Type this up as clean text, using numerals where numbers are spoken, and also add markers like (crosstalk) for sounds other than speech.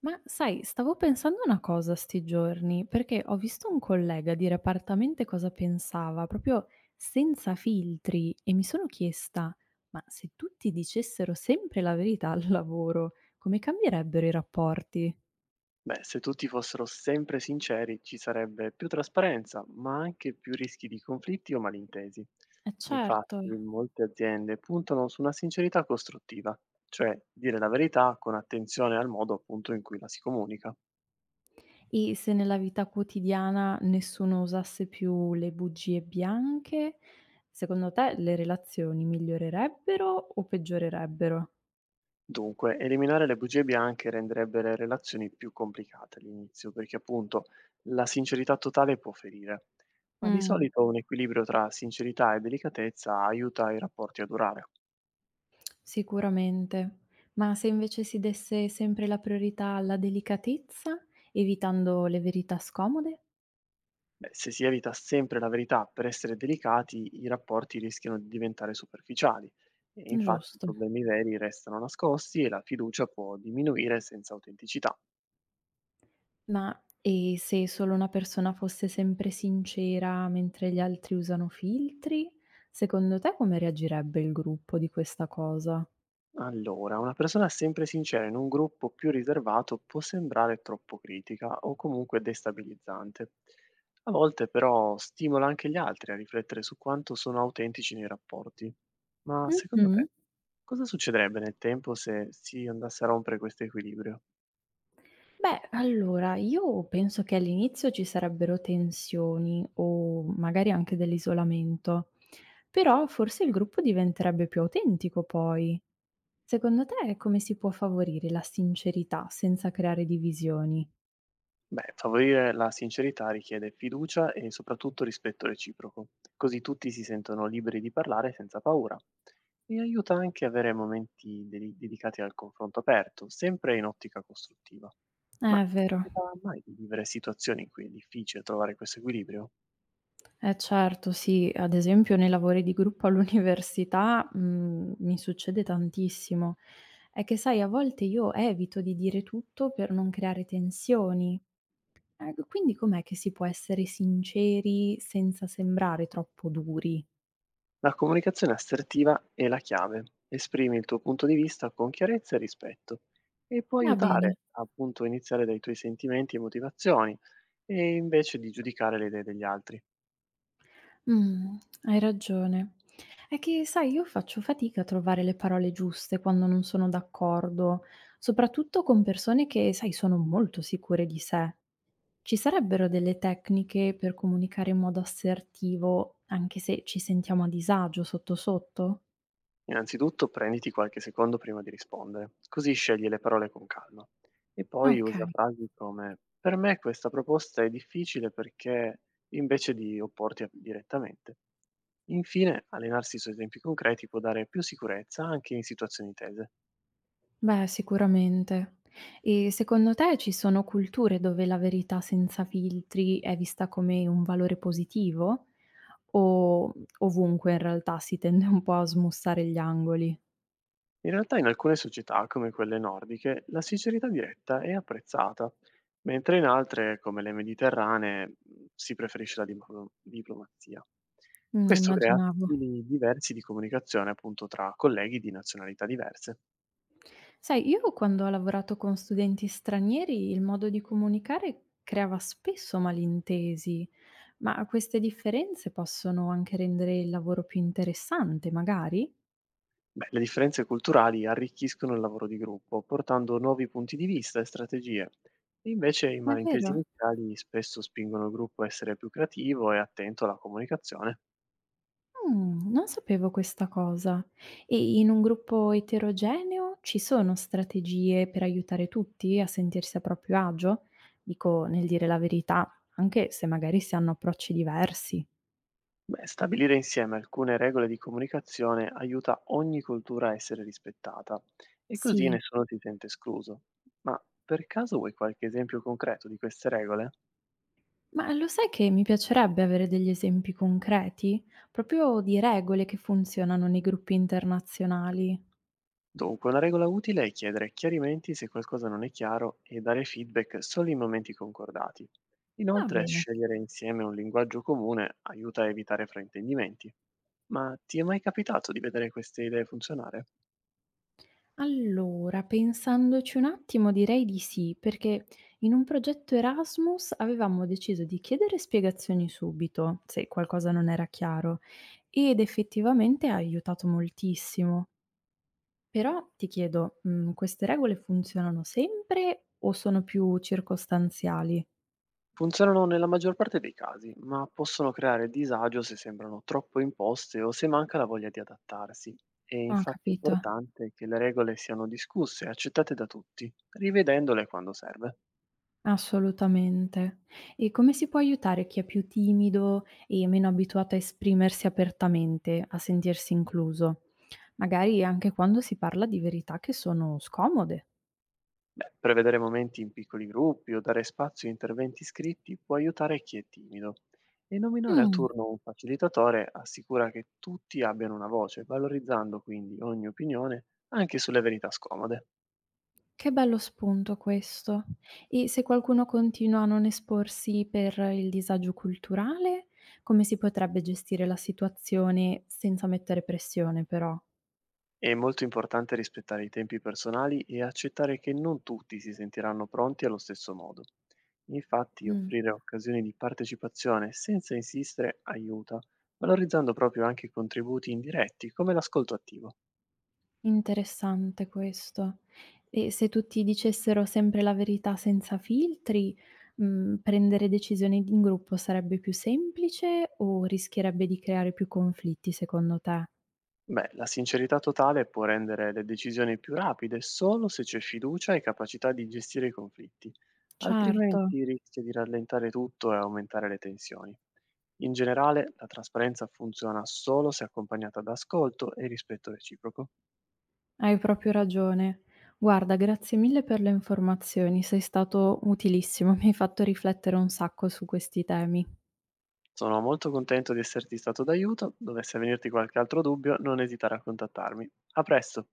Ma sai, stavo pensando una cosa sti giorni, perché ho visto un collega dire apertamente cosa pensava, proprio senza filtri, e mi sono chiesta, ma se tutti dicessero sempre la verità al lavoro, come cambierebbero i rapporti? Beh, se tutti fossero sempre sinceri ci sarebbe più trasparenza, ma anche più rischi di conflitti o malintesi. Eh certo. Infatti, molte aziende puntano su una sincerità costruttiva, cioè dire la verità con attenzione al modo appunto in cui la si comunica. E se nella vita quotidiana nessuno usasse più le bugie bianche, secondo te le relazioni migliorerebbero o peggiorerebbero? Dunque, eliminare le bugie bianche renderebbe le relazioni più complicate all'inizio, perché appunto la sincerità totale può ferire, ma di Mm. solito un equilibrio tra sincerità e delicatezza aiuta i rapporti a durare. Sicuramente. Ma se invece si desse sempre la priorità alla delicatezza, evitando le verità scomode? Beh, se si evita sempre la verità per essere delicati, i rapporti rischiano di diventare superficiali e infatti i Giusto. problemi veri restano nascosti e la fiducia può diminuire senza autenticità. Ma e se solo una persona fosse sempre sincera mentre gli altri usano filtri? Secondo te come reagirebbe il gruppo di questa cosa? Allora, una persona sempre sincera in un gruppo più riservato può sembrare troppo critica o comunque destabilizzante. A volte però stimola anche gli altri a riflettere su quanto sono autentici nei rapporti. Ma secondo te, Mhm. cosa succederebbe nel tempo se si andasse a rompere questo equilibrio? Beh, allora, io penso che all'inizio ci sarebbero tensioni o magari anche dell'isolamento, però forse il gruppo diventerebbe più autentico poi. Secondo te come si può favorire la sincerità senza creare divisioni? Beh, favorire la sincerità richiede fiducia e soprattutto rispetto reciproco, così tutti si sentono liberi di parlare senza paura. E aiuta anche avere momenti dedicati al confronto aperto, sempre in ottica costruttiva. Ma ti Vero. capita mai di vivere situazioni in cui è difficile trovare questo equilibrio? Certo, sì. Ad esempio nei lavori di gruppo all'università, mi succede tantissimo. È che sai a volte io evito di dire tutto per non creare tensioni. Q quindi com'è che si può essere sinceri senza sembrare troppo duri? La comunicazione assertiva è la chiave. Esprimi il tuo punto di vista con chiarezza e rispetto e può Va bene. aiutare appunto a iniziare dai tuoi sentimenti e motivazioni e invece di giudicare le idee degli altri. Mh, Hai ragione. È che sai, io faccio fatica a trovare le parole giuste quando non sono d'accordo, soprattutto con persone che, sai, sono molto sicure di sé. Ci sarebbero delle tecniche per comunicare in modo assertivo, anche se ci sentiamo a disagio sotto sotto? Innanzitutto prenditi qualche secondo prima di rispondere, così scegli le parole con calma. E poi usa Okay, frasi come per me questa proposta è difficile perché invece di direttamente. Infine, allenarsi su esempi concreti può dare più sicurezza anche in situazioni tese. beh, sicuramente. E secondo te ci sono culture dove la verità senza filtri è vista come un valore positivo? O ovunque in realtà si tende un po' a smussare gli angoli. In realtà in alcune società, come quelle nordiche, la sincerità diretta è apprezzata, mentre in altre, come le mediterranee, si preferisce la diplomazia. Questo crea Immaginavo. stili diversi di comunicazione appunto tra colleghi di nazionalità diverse. Sai, io quando ho lavorato con studenti stranieri, il modo di comunicare creava spesso malintesi, ma queste differenze possono anche rendere il lavoro più interessante, magari? Beh, le differenze culturali arricchiscono il lavoro di gruppo, portando nuovi punti di vista e strategie. Invece i È malintesi vero. iniziali spesso spingono il gruppo a essere più creativo e attento alla comunicazione. Non sapevo questa cosa. E in un gruppo eterogeneo ci sono strategie per aiutare tutti a sentirsi a proprio agio? Dico, nel dire la verità, anche se magari si hanno approcci diversi. Beh, stabilire insieme alcune regole di comunicazione aiuta ogni cultura a essere rispettata e così Sì. nessuno si sente escluso. Ma per caso vuoi qualche esempio concreto di queste regole? Ma lo sai che mi piacerebbe avere degli esempi concreti, proprio di regole che funzionano nei gruppi internazionali? Dunque, una regola utile è chiedere chiarimenti se qualcosa non è chiaro e dare feedback solo in momenti concordati. Va Inoltre, bene. scegliere insieme un linguaggio comune aiuta a evitare fraintendimenti. Ma ti è mai capitato di vedere queste idee funzionare? Allora, pensandoci un attimo direi di sì, perché in un progetto Erasmus avevamo deciso di chiedere spiegazioni subito, se qualcosa non era chiaro, ed effettivamente ha aiutato moltissimo. Però ti chiedo, queste regole funzionano sempre o sono più circostanziali? Funzionano nella maggior parte dei casi, ma possono creare disagio se sembrano troppo imposte o se manca la voglia di adattarsi. È Ho infatti capito, importante che le regole siano discusse e accettate da tutti, rivedendole quando serve. assolutamente. E come si può aiutare chi è più timido e meno abituato a esprimersi apertamente, a sentirsi incluso? Magari anche quando si parla di verità che sono scomode. Beh, prevedere momenti in piccoli gruppi o dare spazio a interventi scritti può aiutare chi è timido. E nominare a Mh. turno un facilitatore assicura che tutti abbiano una voce, valorizzando quindi ogni opinione anche sulle verità scomode. Che bello spunto questo. E se qualcuno continua a non esporsi per il disagio culturale, come si potrebbe gestire la situazione senza mettere pressione però? È molto importante rispettare i tempi personali e accettare che non tutti si sentiranno pronti allo stesso modo. Infatti, Mh. offrire occasioni di partecipazione senza insistere aiuta, valorizzando proprio anche contributi indiretti come l'ascolto attivo. Interessante questo. E se tutti dicessero sempre la verità senza filtri, prendere decisioni d in gruppo sarebbe più semplice o rischierebbe di creare più conflitti secondo te? Beh, la sincerità totale può rendere le decisioni più rapide solo se c'è fiducia e capacità di gestire i conflitti, Certo, altrimenti rischia di rallentare tutto e aumentare le tensioni. In generale, la trasparenza funziona solo se accompagnata da ascolto e rispetto reciproco. hai proprio ragione. Guarda, grazie mille per le informazioni, sei stato utilissimo, (laughs) mi hai fatto riflettere un sacco su questi temi. Sono molto contento di esserti stato d'aiuto, dovesse venirti qualche altro dubbio, non esitare a contattarmi. A presto!